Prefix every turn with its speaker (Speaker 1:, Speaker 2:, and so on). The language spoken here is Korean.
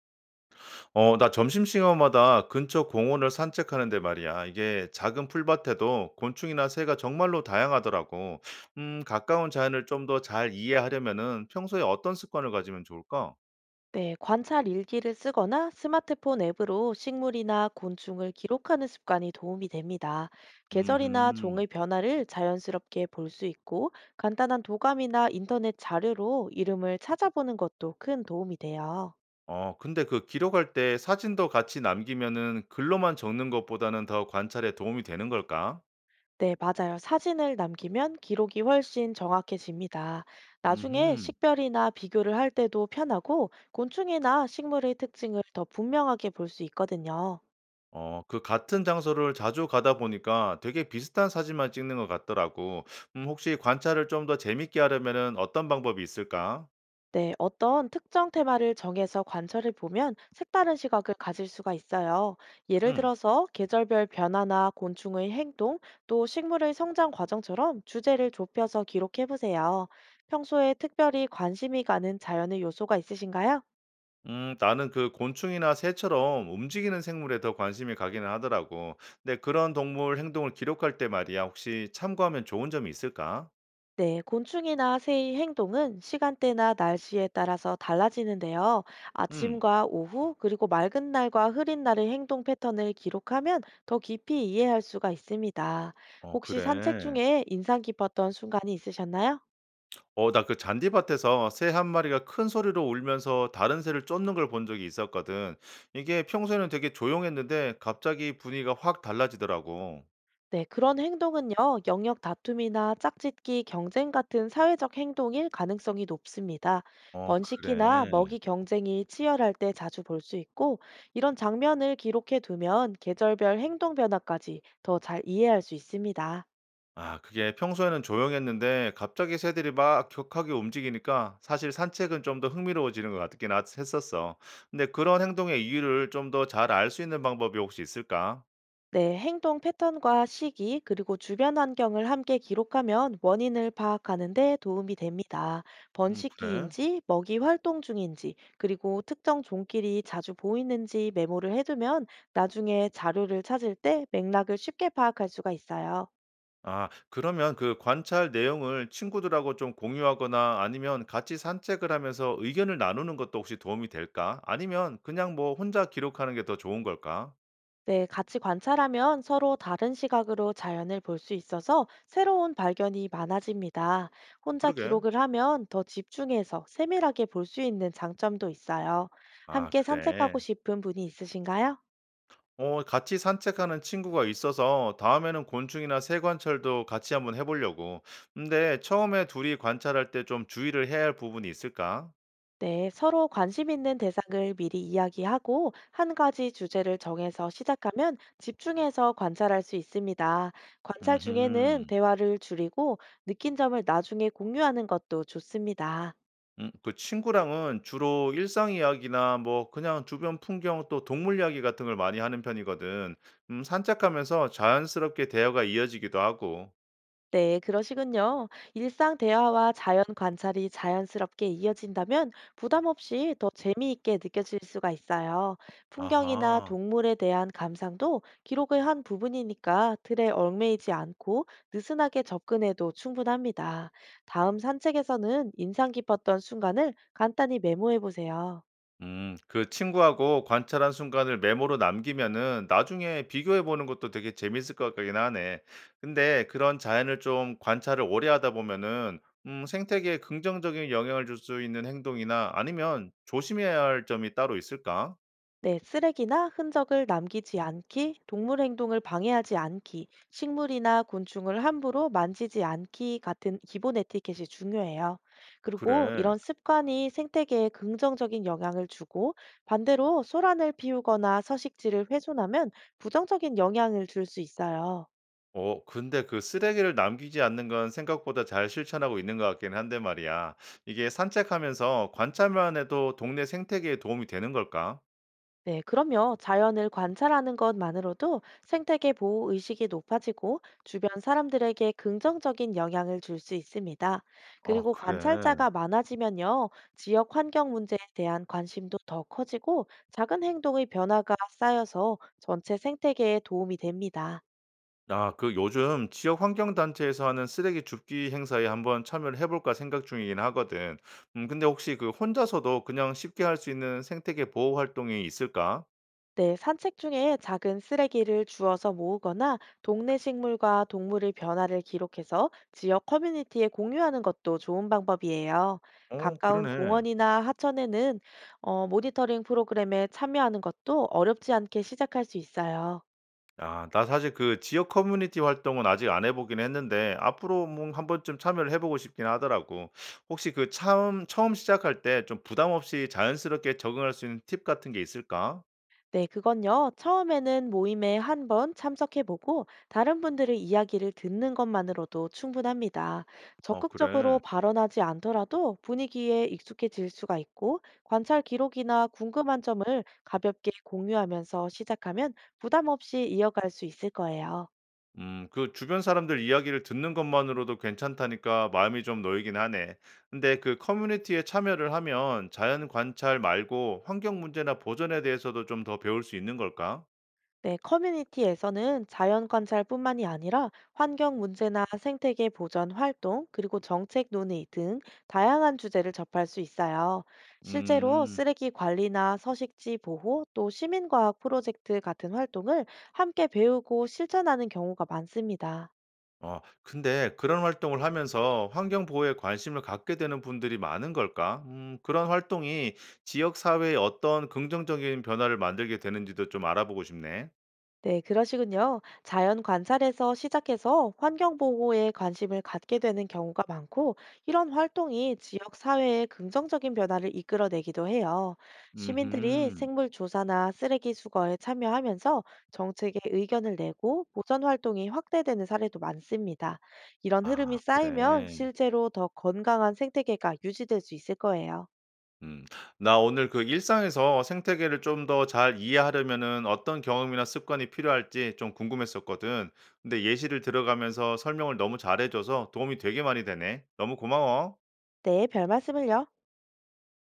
Speaker 1: 나 점심시간마다 근처 공원을 산책하는데 말이야. 이게 작은 풀밭에도 곤충이나 새가 정말로 다양하더라고. 가까운 자연을 좀 더 잘 이해하려면은 평소에 어떤 습관을 가지면 좋을까?
Speaker 2: 네, 관찰 일기를 쓰거나 스마트폰 앱으로 식물이나 곤충을 기록하는 습관이 도움이 됩니다. 계절이나
Speaker 1: 음,
Speaker 2: 종의 변화를 자연스럽게 볼 수 있고 간단한 도감이나 인터넷 자료로 이름을 찾아보는 것도 큰 도움이 돼요.
Speaker 1: 근데 그 기록할 때 사진도 같이 남기면은 글로만 적는 것보다는 더 관찰에 도움이 되는 걸까?
Speaker 2: 네, 맞아요. 사진을 남기면 기록이 훨씬 정확해집니다. 나중에
Speaker 1: 음
Speaker 2: 식별이나 비교를 할 때도 편하고 곤충이나 식물의 특징을 더 분명하게 볼 수 있거든요.
Speaker 1: 그 같은 장소를 자주 가다 보니까 되게 비슷한 사진만 찍는 것 같더라고. 혹시 관찰을 좀 더 재밌게 하려면은 어떤 방법이 있을까?
Speaker 2: 네, 어떤 특정 테마를 정해서 관찰해 보면 색다른 시각을 가질 수가 있어요. 예를
Speaker 1: 음.
Speaker 2: 들어서 계절별 변화나 곤충의 행동, 또 식물의 성장 과정처럼 주제를 좁혀서 기록해 보세요. 평소에 특별히 관심이 가는 자연의 요소가 있으신가요?
Speaker 1: 나는 그 곤충이나 새처럼 움직이는 생물에 더 관심이 가기는 하더라고. 근데 그런 동물 행동을 기록할 때 말이야. 혹시 참고하면 좋은 점이 있을까?
Speaker 2: 네, 곤충이나 새의 행동은 시간대나 날씨에 따라서 달라지는데요.
Speaker 1: 음.
Speaker 2: 아침과 오후, 그리고 맑은 날과 흐린 날의 행동 패턴을 기록하면 더 깊이 이해할 수가 있습니다.
Speaker 1: 어
Speaker 2: 혹시 산책
Speaker 1: 그래.
Speaker 2: 중에 인상 깊었던 순간이 있으셨나요?
Speaker 1: 나 그 잔디밭에서 새 한 마리가 큰 소리로 울면서 다른 새를 쫓는 걸 본 적이 있었거든. 이게 평소에는 되게 조용했는데 갑자기 분위기가 확 달라지더라고.
Speaker 2: 네, 그런 행동은요, 영역 다툼이나 짝짓기, 경쟁 같은 사회적 행동일 가능성이 높습니다.
Speaker 1: 어,
Speaker 2: 번식기나
Speaker 1: 그래.
Speaker 2: 먹이 경쟁이 치열할 때 자주 볼 수 있고, 이런 장면을 기록해 두면 계절별 행동 변화까지 더 잘 이해할 수 있습니다.
Speaker 1: 아, 그게 평소에는 조용했는데 갑자기 새들이 막 격하게 움직이니까 사실 산책은 좀 더 흥미로워지는 것 같긴 했었어. 근데 그런 행동의 이유를 좀 더 잘 알 수 있는 방법이 혹시 있을까?
Speaker 2: 네, 행동 패턴과 시기, 그리고 주변 환경을 함께 기록하면 원인을 파악하는 데 도움이 됩니다.
Speaker 1: 그래.
Speaker 2: 번식기인지, 먹이 활동 중인지, 그리고 특정 종끼리 자주 보이는지 메모를 해두면 나중에 자료를 찾을 때 맥락을 쉽게 파악할 수가 있어요.
Speaker 1: 아 그러면 그 관찰 내용을 친구들하고 좀 공유하거나 아니면 같이 산책을 하면서 의견을 나누는 것도 혹시 도움이 될까? 아니면 그냥 뭐 혼자 기록하는 게 더 좋은 걸까?
Speaker 2: 네, 같이 관찰하면 서로 다른 시각으로 자연을 볼 수 있어서 새로운 발견이 많아집니다. 혼자
Speaker 1: 그러게.
Speaker 2: 기록을 하면 더 집중해서 세밀하게 볼 수 있는 장점도 있어요.
Speaker 1: 아
Speaker 2: 함께 산책하고
Speaker 1: 그래.
Speaker 2: 싶은 분이 있으신가요?
Speaker 1: 어 같이 산책하는 친구가 있어서 다음에는 곤충이나 새 관찰도 같이 한번 해 보려고. 근데 처음에 둘이 관찰할 때 좀 주의를 해야 할 부분이 있을까?
Speaker 2: 네, 서로 관심 있는 대상을 미리 이야기하고 한 가지 주제를 정해서 시작하면 집중해서 관찰할 수 있습니다. 관찰 중에는
Speaker 1: 음흠.
Speaker 2: 대화를 줄이고 느낀 점을 나중에 공유하는 것도 좋습니다.
Speaker 1: 그 친구랑은 주로 일상 이야기나 뭐 그냥 주변 풍경 또 동물 이야기 같은 걸 많이 하는 편이거든. 산책하면서 자연스럽게 대화가 이어지기도 하고.
Speaker 2: 네, 그러시군요. 일상 대화와 자연 관찰이 자연스럽게 이어진다면 부담 없이 더 재미있게 느껴질 수가 있어요. 풍경이나
Speaker 1: 아하.
Speaker 2: 동물에 대한 감상도 기록의 한 부분이니까 틀에 얽매이지 않고 느슨하게 접근해도 충분합니다. 다음 산책에서는 인상 깊었던 순간을 간단히 메모해 보세요.
Speaker 1: 그 친구하고 관찰한 순간을 메모로 남기면은 나중에 비교해 보는 것도 되게 재밌을 것 같긴 하네. 근데 그런 자연을 좀 관찰을 오래 하다 보면은 생태계에 긍정적인 영향을 줄 수 있는 행동이나 아니면 조심해야 할 점이 따로 있을까?
Speaker 2: 네, 쓰레기나 흔적을 남기지 않기, 동물 행동을 방해하지 않기, 식물이나 곤충을 함부로 만지지 않기 같은 기본 에티켓이 중요해요. 그리고
Speaker 1: 그래.
Speaker 2: 이런 습관이 생태계에 긍정적인 영향을 주고 반대로 소란을 피우거나 서식지를 훼손하면 부정적인 영향을 줄 수 있어요.
Speaker 1: 근데 그 쓰레기를 남기지 않는 건 생각보다 잘 실천하고 있는 것 같긴 한데 말이야. 이게 산책하면서 관찰만 해도 동네 생태계에 도움이 되는 걸까?
Speaker 2: 네, 그럼요. 자연을 관찰하는 것만으로도 생태계 보호 의식이 높아지고 주변 사람들에게 긍정적인 영향을 줄 수 있습니다.
Speaker 1: 아
Speaker 2: 그리고
Speaker 1: 그래.
Speaker 2: 관찰자가 많아지면요, 지역 환경 문제에 대한 관심도 더 커지고 작은 행동의 변화가 쌓여서 전체 생태계에 도움이 됩니다.
Speaker 1: 나 그 요즘 지역 환경 단체에서 하는 쓰레기 줍기 행사에 한번 참여를 해 볼까 생각 중이긴 하거든. 근데 혹시 그 혼자서도 그냥 쉽게 할 수 있는 생태계 보호 활동이 있을까?
Speaker 2: 네, 산책 중에 작은 쓰레기를 주워서 모으거나 동네 식물과 동물의 변화를 기록해서 지역 커뮤니티에 공유하는 것도 좋은 방법이에요.
Speaker 1: 어
Speaker 2: 가까운
Speaker 1: 그러네.
Speaker 2: 공원이나 하천에는 모니터링 프로그램에 참여하는 것도 어렵지 않게 시작할 수 있어요.
Speaker 1: 아 나 사실 그 지역 커뮤니티 활동은 아직 안 해 보긴 했는데 앞으로 뭐 한번쯤 참여를 해 보고 싶긴 하더라고. 혹시 그 처음 시작할 때 좀 부담 없이 자연스럽게 적응할 수 있는 팁 같은 게 있을까?
Speaker 2: 네, 그건요. 처음에는 모임에 한 번 참석해보고 다른 분들의 이야기를 듣는 것만으로도 충분합니다.
Speaker 1: 어
Speaker 2: 적극적으로
Speaker 1: 그래.
Speaker 2: 발언하지 않더라도 분위기에 익숙해질 수가 있고 관찰 기록이나 궁금한 점을 가볍게 공유하면서 시작하면 부담 없이 이어갈 수 있을 거예요.
Speaker 1: 그 주변 사람들 이야기를 듣는 것만으로도 괜찮다니까 마음이 좀 놓이긴 하네. 근데 그 커뮤니티에 참여를 하면 자연 관찰 말고 환경 문제나 보존에 대해서도 좀 더 배울 수 있는 걸까?
Speaker 2: 네, 커뮤니티에서는 자연 관찰뿐만이 아니라 환경 문제나 생태계 보전 활동, 그리고 정책 논의 등 다양한 주제를 접할 수 있어요. 실제로
Speaker 1: 음.
Speaker 2: 쓰레기 관리나 서식지 보호, 또 시민과학 프로젝트 같은 활동을 함께 배우고 실천하는 경우가 많습니다.
Speaker 1: 근데 그런 활동을 하면서 환경 보호에 관심을 갖게 되는 분들이 많은 걸까? 그런 활동이 지역 사회에 어떤 긍정적인 변화를 만들게 되는지도 좀 알아보고 싶네.
Speaker 2: 네, 그러시군요. 자연 관찰에서 시작해서 환경 보호에 관심을 갖게 되는 경우가 많고, 이런 활동이 지역 사회에 긍정적인 변화를 이끌어내기도 해요. 시민들이
Speaker 1: 음,
Speaker 2: 생물 조사나 쓰레기 수거에 참여하면서 정책에 의견을 내고 보전 활동이 확대되는 사례도 많습니다. 이런 흐름이
Speaker 1: 아, 그래.
Speaker 2: 쌓이면 실제로 더 건강한 생태계가 유지될 수 있을 거예요.
Speaker 1: 음, 나 오늘 그 일상에서 생태계를 좀 더 잘 이해하려면은 어떤 경험이나 습관이 필요할지 좀 궁금했었거든. 근데 예시를 들어가면서 설명을 너무 잘해줘서 도움이 되게 많이 되네. 너무 고마워.
Speaker 2: 네, 별 말씀을요.